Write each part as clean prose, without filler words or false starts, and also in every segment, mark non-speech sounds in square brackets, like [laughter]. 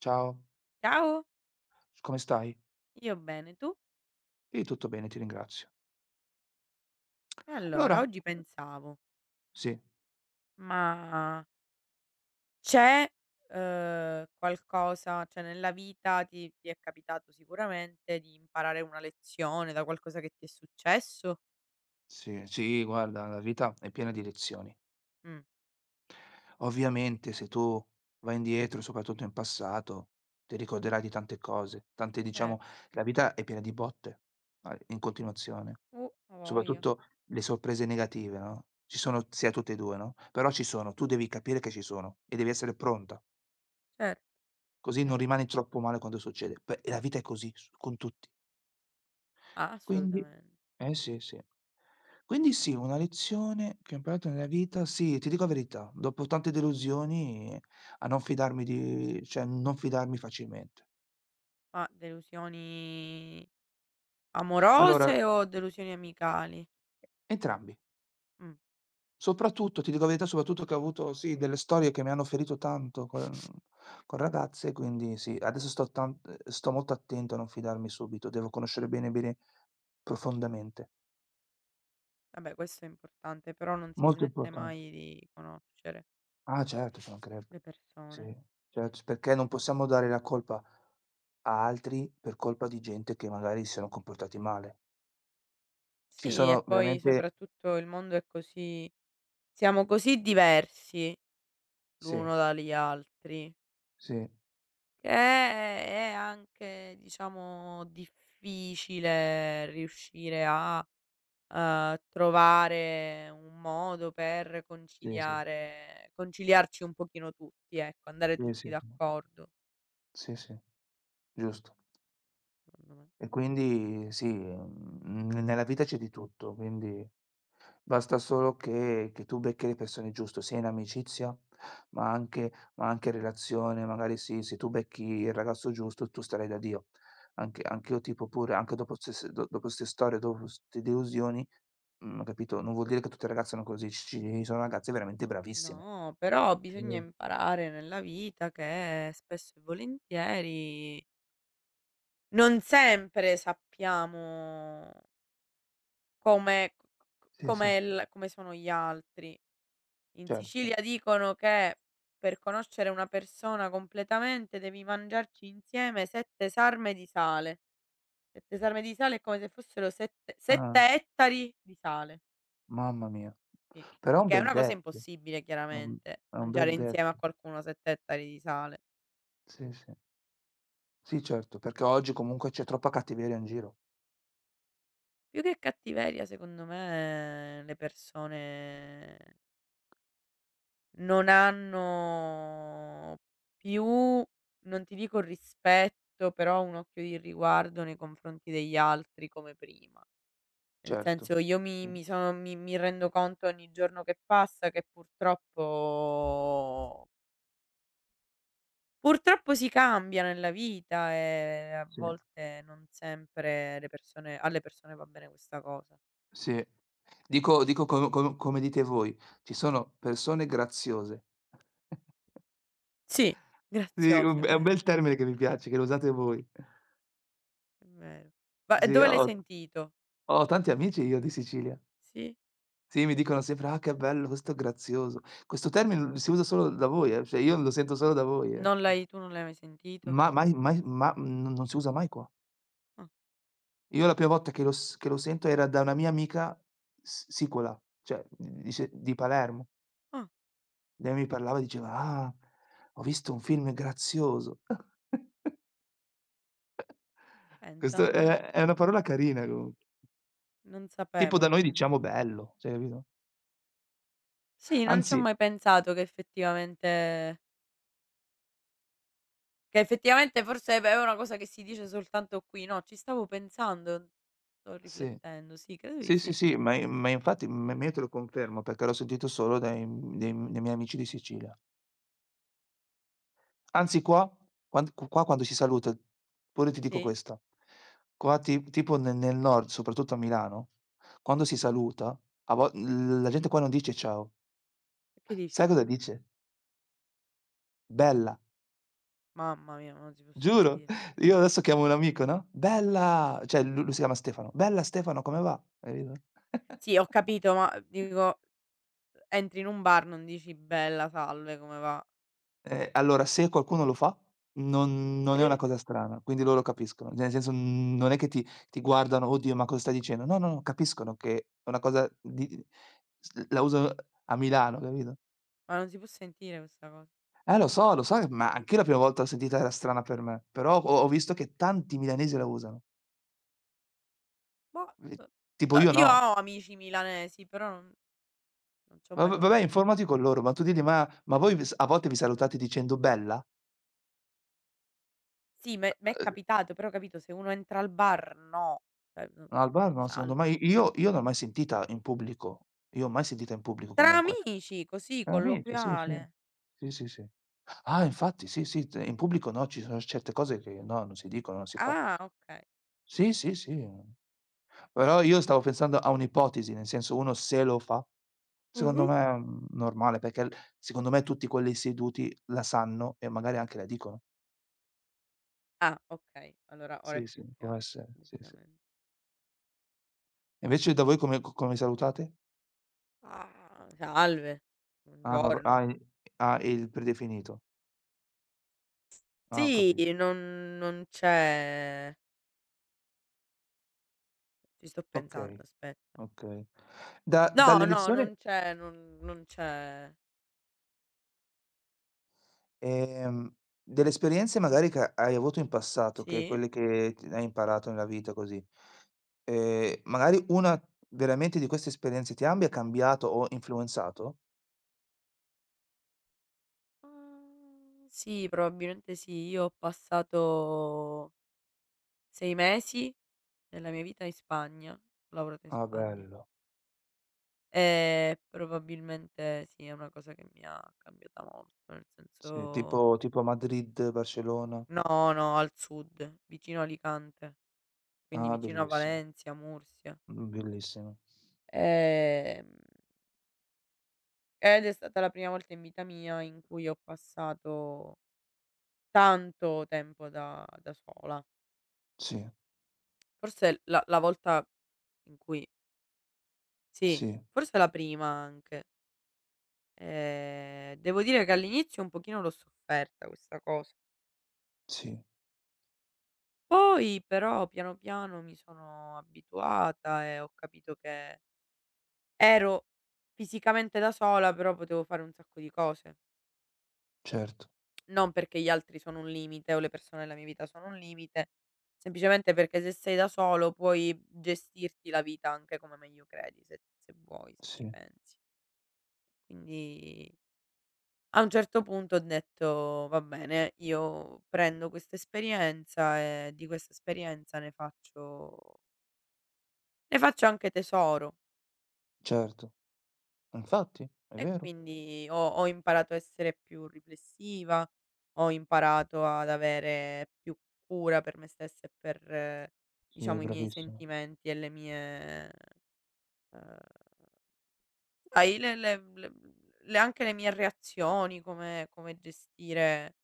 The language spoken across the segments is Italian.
Ciao, Ciao, s come stai? io bene, tu? Io tutto bene, ti ringrazio. E allora, Allora oggi pensavo, sì, ma c'è, qualcosa cioè nella vita ti è capitato sicuramente di imparare una lezione da qualcosa che ti è successo? sì, sì, guarda, la vita è piena di lezioni. Mh. Ovviamente se tu vai indietro, soprattutto in passato, ti ricorderai di tante cose, tante cer diciamo la vita è piena di botte, a in continuazione, uh, avoglia, soprattutto le sorprese negative, no, ci sono sia tutte e 2, no, però ci sono, tu devi capire che ci sono e devi essere pronta, cer così cer non rimani troppo male quando succede. Beh, e la vita è così, s con tutti. ah, Quindi assolutamen eh sì, sì. Quindi sì, assolutamen una lezione che ho imparato nella vita sì, ti dico la verità, dopo tante delusioni a non fidarmi di cioè non fidarmi facilmente. ma delusioni Allora, amorose o delusioni amicali? entrambi. Mh, okay. Soprattutto, ti dico la verità, soprattutto che ho avuto, sì, delle storie che mi hanno ferito tanto con ragazze, quindi sì, adesso sto tan sto molto attento a non fidarmi subito, devo conoscere bene, bene profondamente. Vabbè, questo è importante, però non si Molto smette importante. mai di conoscere Ah certo, ci mancherebbe. le persone. Sì, certo, perché non possiamo dare la colpa a altri per colpa di gente che magari si sono comportati male. Ci Sì, e sono poi veramente soprattutto il mondo è così, siamo così diversi sì, l'uno dagli altri, sì, che è anche, diciamo, difficile riuscire a, trovare un modo per sì, sì, conciliare conciliarci un pochino tutti, ecco, andare sì, tutti sì, sì, d'accordo, sì, sì, giusto. secondo me. E quindi sì, nella vita c'è di tutto, quindi basta solo che tu becchi le persone giuste, sia in amicizia, ma anche in relazione, magari sì, se tu becchi il ragazzo giusto, tu starai da Dio. Anche anch'io tipo pure anche dopo stesse do dopo 'ste storie, dopo 'ste delusioni, capito, non vuol dire che tutte le ragazze sono così, ci sono ragazze veramente bravissime. No, però bisogna Sì, imparare nella vita che spesso e volentieri non sempre sappiamo come c c sì, sì, com'è il come sono gli altri. In Sicilia certo. dicono che per conoscere una persona completamente devi mangiarci insieme 7 sarme di sale. 7 sarme di sale è come se fossero sette Ah, 7 ettari di sale, mamma mia. sì, Però è un che è bel una cosa detto, impossibile è un chiaramente, è un bel mangiare insieme a detto. qualcuno 7 ettari di sale. Sì, sì. Sì certo, perché oggi comunque c'è troppa cattiveria in giro. Più che cattiveria, secondo me, le persone non hanno più, non ti dico il rispetto, però un occhio di riguardo nei confronti degli altri come prima. Nel Certo, senso, io mi sì, mi sono mi mi rendo conto ogni giorno che passa che purtroppo si cambia nella vita, e a sì, volte non sempre le persone alle persone va bene questa cosa. sì. Dico dico co co come dite voi, ci sono persone graziose. Sì, Sì, graziosa, è un è un vero, bel termine che mi piace, che lo usate voi. è vero. Ma e Sì, dove l'hai ho sentito? ho tanti amici io di Sicilia. Sì? Sì, mi dicono sempre: "Ah, che bello, questo è grazioso." Questo termine si usa solo da voi, cioè io lo sento solo da voi, eh. Non l'hai tu non l'hai mai sentito? Ma mai mai ma non non si usa mai qua. Ah, Io la prima volta che lo s che lo sento era da una mia amica s sicola, cioè dice di Palermo. ah, Lei mi parlava diceva: "Ah, ho visto un film grazioso." [laughs] pensa, Questo non è una parola carina comu non sapevo, tipo da non noi diciamo pensa. bello, cioè capito? Sì, non ci ho Anzi mai pensato che effettivamente forse è una cosa che si dice soltanto qui, no, ci stavo pensando, sto sì, riflettendo, sì, credo di sì, sì, sì. sì, ma i ma infatti ma io te lo confermo perché l'ho sentito solo dai dei dai miei amici di Sicilia. Anzi qua, quan qua quando si saluta, pure ti dico Sì? questa, qua ti tipo ne nel nord, soprattutto a Milano, quando si saluta, a vo la gente qua non dice ciao. E che Sai dice? cosa dice? "Bella." Mamma mia, ma non si può Giuro. sentire. Io adesso chiamo un amico, no: "Bella" cioè lu lui si chiama Stefano: "Bella Stefano, come va?" Capito? Sì, ho [laughs] capito, ma dico, entri in un bar, non dici: "Bella, salve, come va?" Allora se qualcuno lo fa, non è una Eh. cosa strana, quindi loro capiscono. Cioè nel senso, non è che ti guardano: "Oddio, ma cosa stai dicendo?" No, no, no, capiscono che è una cosa di s la uso a Milano, capito? Ma non si può sentire questa cosa. Lo so che ma anch'io la prima volta l'ho sentita era strana per me, però ho visto che tanti milanesi la usano. Boh, E tipo io io no. ho amici milanesi, però non non ci ho Va mai va vabbè fatto ca. informati con loro, ma tu digli: ma voi vi s a volte vi salutate dicendo bella?" Sì, m'è Uhm, capitato, però capito, se uno entra al bar, no, cioè no, no al bar no, secondo salve. me io non l'ho mai sentita in pubblico. Io mai sentita in pubblico Tra comunque. amici, così Tra amici, sì, sì. colloquiale. Sì, sì, sì. Ah, infatti sì, sì, t in pubblico no, ci sono certe cose che no, non si dicono, non si fa. Ah, okay. Sì, sì, sì. Però io stavo pensando a un'ipotesi, nel senso uno se lo fa, secondo Mh-mh. me è, normale perché l secondo me tutti quelli seduti la sanno e magari anche la dicono. Ah, okay. Allora ora è Sì, più sì, può chiaro, essere. Sì, sì. decisamente. E invece da voi come co come salutate? Ah. Salve, Ah nor ah buongiorno. i ah il predefinito. Ah, ho Sì, capito. non c'è, ci sto pensando, Okay, aspetta. okay. Da No, no, dall'elezione, non c'è, non c'è. ehm, delle esperienze magari che hai avuto in passato, che Sì? quelle che ti hai imparato nella vita così, magari una veramente di queste esperienze ti abbia cambiato o influenzato? Sì, probabilmente sì. Io ho passato 6 mesi nella mia vita in Spagna, ho lavorato in Ah Spagna. bello. E probabilmente sì, è una cosa che mi ha cambiata molto, nel Sì, senso tipo tipo Madrid, Barcellona. no, no, al sud, vicino a Alicante, quindi Ah vicino a bellissimo, Valencia, Mursia. Bellissimo. Ehm, ed è stata la prima volta in vita mia in cui ho passato tanto tempo da sola. Sì, Forse la volta in cui sì, sì, forse la prima anche. Devo dire che all'inizio un pochino l'ho sofferta questa cosa. sì, Poi però piano piano mi sono abituata e ho capito che ero fisicamente da sola, però potevo fare un sacco di cose. certo, Non perché gli altri sono un limite o le persone nella mia vita sono un limite, semplicemente perché se sei da solo puoi gestirti la vita anche come meglio credi, se vuoi, se ci sì, pensi. Quindi a un certo punto ho detto: "Va bene, io prendo questa esperienza e di questa esperienza ne faccio anche tesoro". certo. Infatti, è E vero. quindi ho imparato a essere più riflessiva, ho imparato ad avere più cura per me stessa e per, Sì, diciamo, i miei bravissimo. sentimenti e le mie, ehm, sai, le anche le mie reazioni, come gestire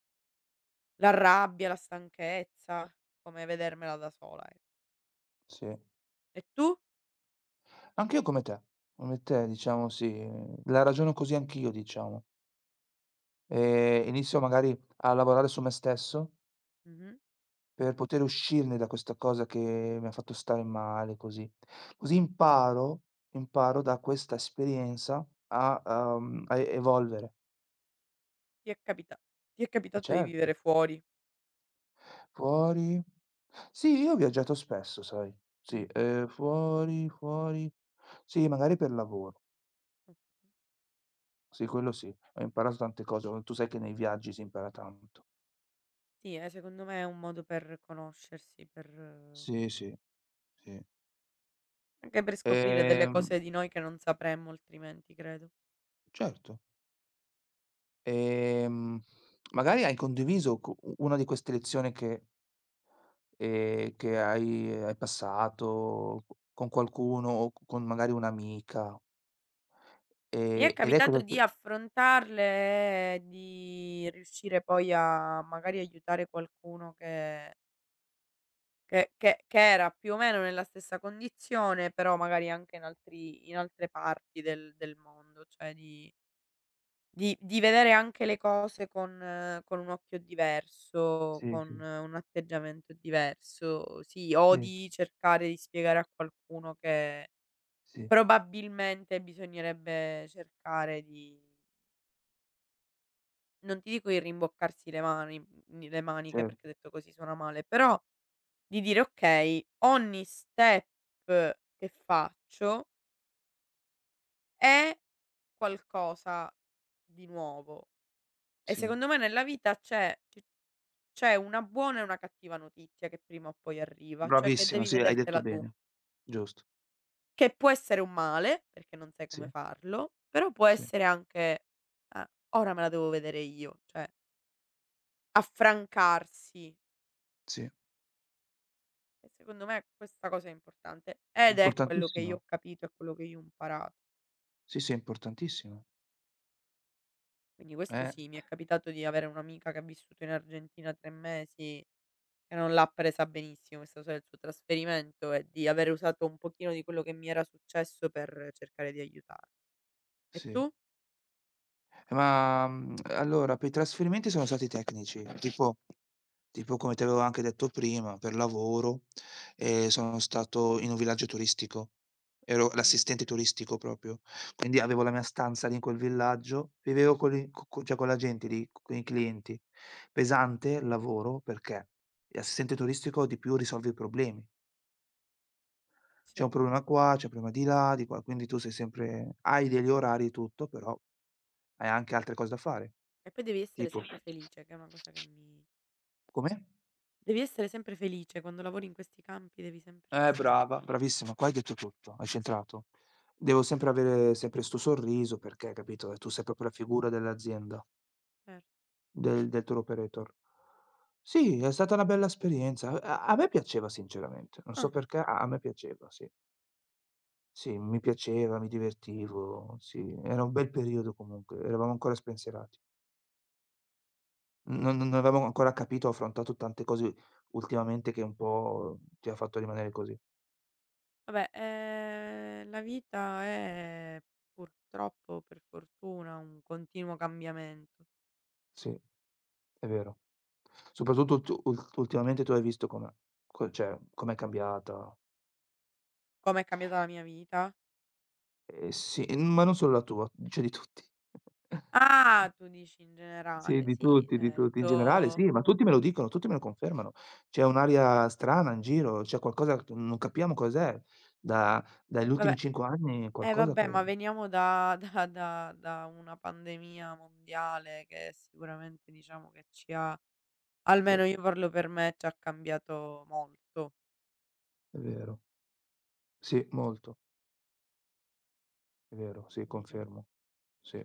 la rabbia, la stanchezza, come vedermela da sola, e Sì. Tu? Anch'io come te diciamo sì, la ragiono così anch'io diciamo. Inizio magari a lavorare su me stesso Mh-mh. per poter uscirne da questa cosa che mi ha fatto stare male così. Così imparo imparo da questa esperienza a a evolvere. Ti è capita ti è Eh capitato di vivere certo. fuori? Fuori sì, io ho viaggiato spesso sai. Mh, Sì, fuori fuori sì, magari per lavoro. o Sì, quello sì. Ho imparato tante cose, tu sai che nei viaggi si impara tanto. sì, secondo me è un modo per conoscersi, per Sì, sì, sì. anche per scoprire delle Ehm cose di noi che non sapremmo altrimenti, credo. certo. Ehm, magari hai condiviso co u una di queste lezioni che hai hai passato co con qualcuno o c con magari un'amica, Mi è e lei capitato cosa t di affrontarle e di riuscire poi a magari aiutare qualcuno che era più o meno nella stessa condizione, però magari anche in altre parti del mondo, cioè di vedere anche le cose con un occhio diverso, sì, sì, con un atteggiamento diverso, sì, o sì, di cercare di spiegare a qualcuno che sì, probabilmente bisognerebbe cercare di, non ti dico, di rimboccarsi le mani, le maniche, perché certo, detto così suona male, però di dire: "Okay, ogni step che faccio è qualcosa di nuovo". E sì. secondo me nella vita c'è una buona e una cattiva notizia che prima o poi arriva, cioè che Bravissima, devi sì, hai detto vedertela tu. bene. Giusto. Che può essere un male, perché non sai come Sì, farlo, però può sì, essere anche: "Ah, ora me la devo vedere io", cioè affrancarsi. sì. E secondo me questa cosa è importante ed è quello che io ho Importantissimo. capito e quello che io ho imparato. Sì, sì, importantissimo. Quindi questo Eh. sì, mi è capitato di avere un'amica che ha vissuto in Argentina 3 mesi, che non l'ha presa benissimo questa cosa del suo trasferimento e di aver usato un pochino di quello che mi era successo per cercare di aiutar. E Sì. tu? Ma, allora per i trasferimenti sono stati tecnici, tipo come ti avevo anche detto prima, per lavoro, sono stato in un villaggio turistico. Ero Mh-mh. l'assistente turistico proprio, quindi avevo la mia stanza lì in quel villaggio, vivevo con i co co cioè con la gente lì, con i clienti. Pesante il lavoro perché l'assistente turistico di più risolve i problemi. C'è Sì. un problema qua, c'è un problema di là, di qua, quindi tu sei sempre hai degli orari e tutto, però hai anche altre cose da fare. E poi devi essere Tipo? sempre felice, che è una cosa che mi Come? devi essere sempre felice quando lavori in questi campi, devi sempre essere Brava, bravissima, qua hai detto tutto, hai centrato. Devo sempre avere sempre 'sto sorriso perché, capito, tu sei proprio la figura dell'azienda, cer del tour operator. Sì, è stata una bella esperienza. A me piaceva sinceramente, non so ah, perché, a me piaceva, sì. Sì, mi piaceva, mi divertivo, sì, era un bel periodo comunque, eravamo ancora spensierati. Non avevamo ancora capito, affrontato tante cose ultimamente che un po' ti ha fatto rimanere così, vabbè, la vita è, purtroppo, per fortuna, un continuo cambiamento. sì. È vero. Soprattutto tu ul ultimamente tu hai visto come co cioè com'è cambiata. Com'è cambiata la mia vita? Sì, ma non solo la tua, cioè di tutti. Ah, tu dici in Sì, generale. di Sì, tutti, di tutti. In generale certo. sì, ma tutti me lo dicono, tutti me lo confermano. C'è un'aria strana in giro, c'è qualcosa che non capiamo cos'è. Da dagli ultimi Vabbè, 5 anni eh qualcosa vabbè, che ma veniamo da [laughs] da una pandemia mondiale che sicuramente diciamo che ci ha, sì, almeno è io parlo per me, ci ha cambiato molto. vero. Sì, molto. È vero, sì, Mhmm, confermo. Sì.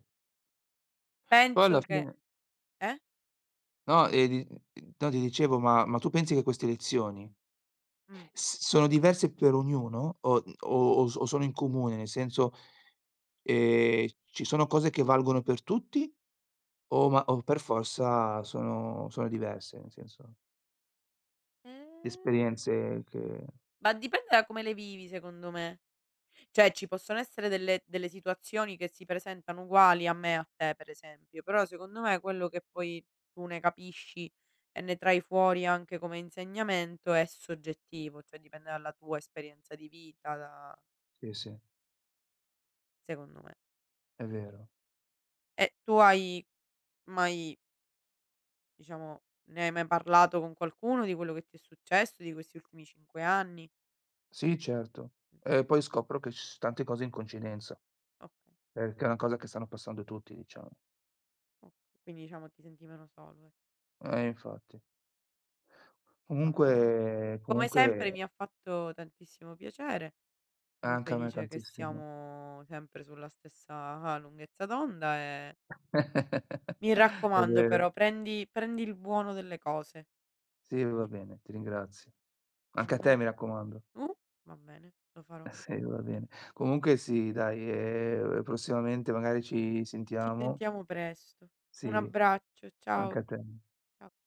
Poi penso alla che, fine eh? no, di no, ti dicevo, ma tu pensi che queste elezioni Mh. s sono diverse per ognuno o o s o sono in comune? Nel senso, ci sono cose che valgono per tutti o ma o per forza sono sono diverse, nel senso, le Ehm, esperienze che ma dipende da come le vivi, secondo me. Cioè, ci possono essere delle situazioni che si presentano uguali a me e a te, per esempio, però secondo me quello che poi tu ne capisci e ne trai fuori anche come insegnamento è soggettivo, cioè dipende dalla tua esperienza di vita, da, sì, sì, secondo me. è vero. E tu hai mai diciamo, ne hai mai parlato con qualcuno di quello che ti è successo di questi ultimi 5 anni? Sì, certo. Mh, E poi scopro che ci s tante cose in coincidenza, okay, perché è una cosa che stanno passando tutti, diciamo. okay. Quindi diciamo ti senti meno solo, eh. Infatti. Insomma, Comunque come comunque sempre mi ha fatto tantissimo piacere. Sono anche a me felice che tantissimo. siamo sempre sulla stessa lunghezza d'onda e [laughs] mi È raccomando, vero. però prendi il buono delle cose, Sì, va bene, ti ringrazio. va Anche a te bene? mi raccomando. Uh, va bene, lo farò. Eh sì, va bene. Comunque sì dai, prossimamente magari ci Ci sentiamo. sentiamo presto. Un Sì, abbraccio, anche ciao, a te. ciao.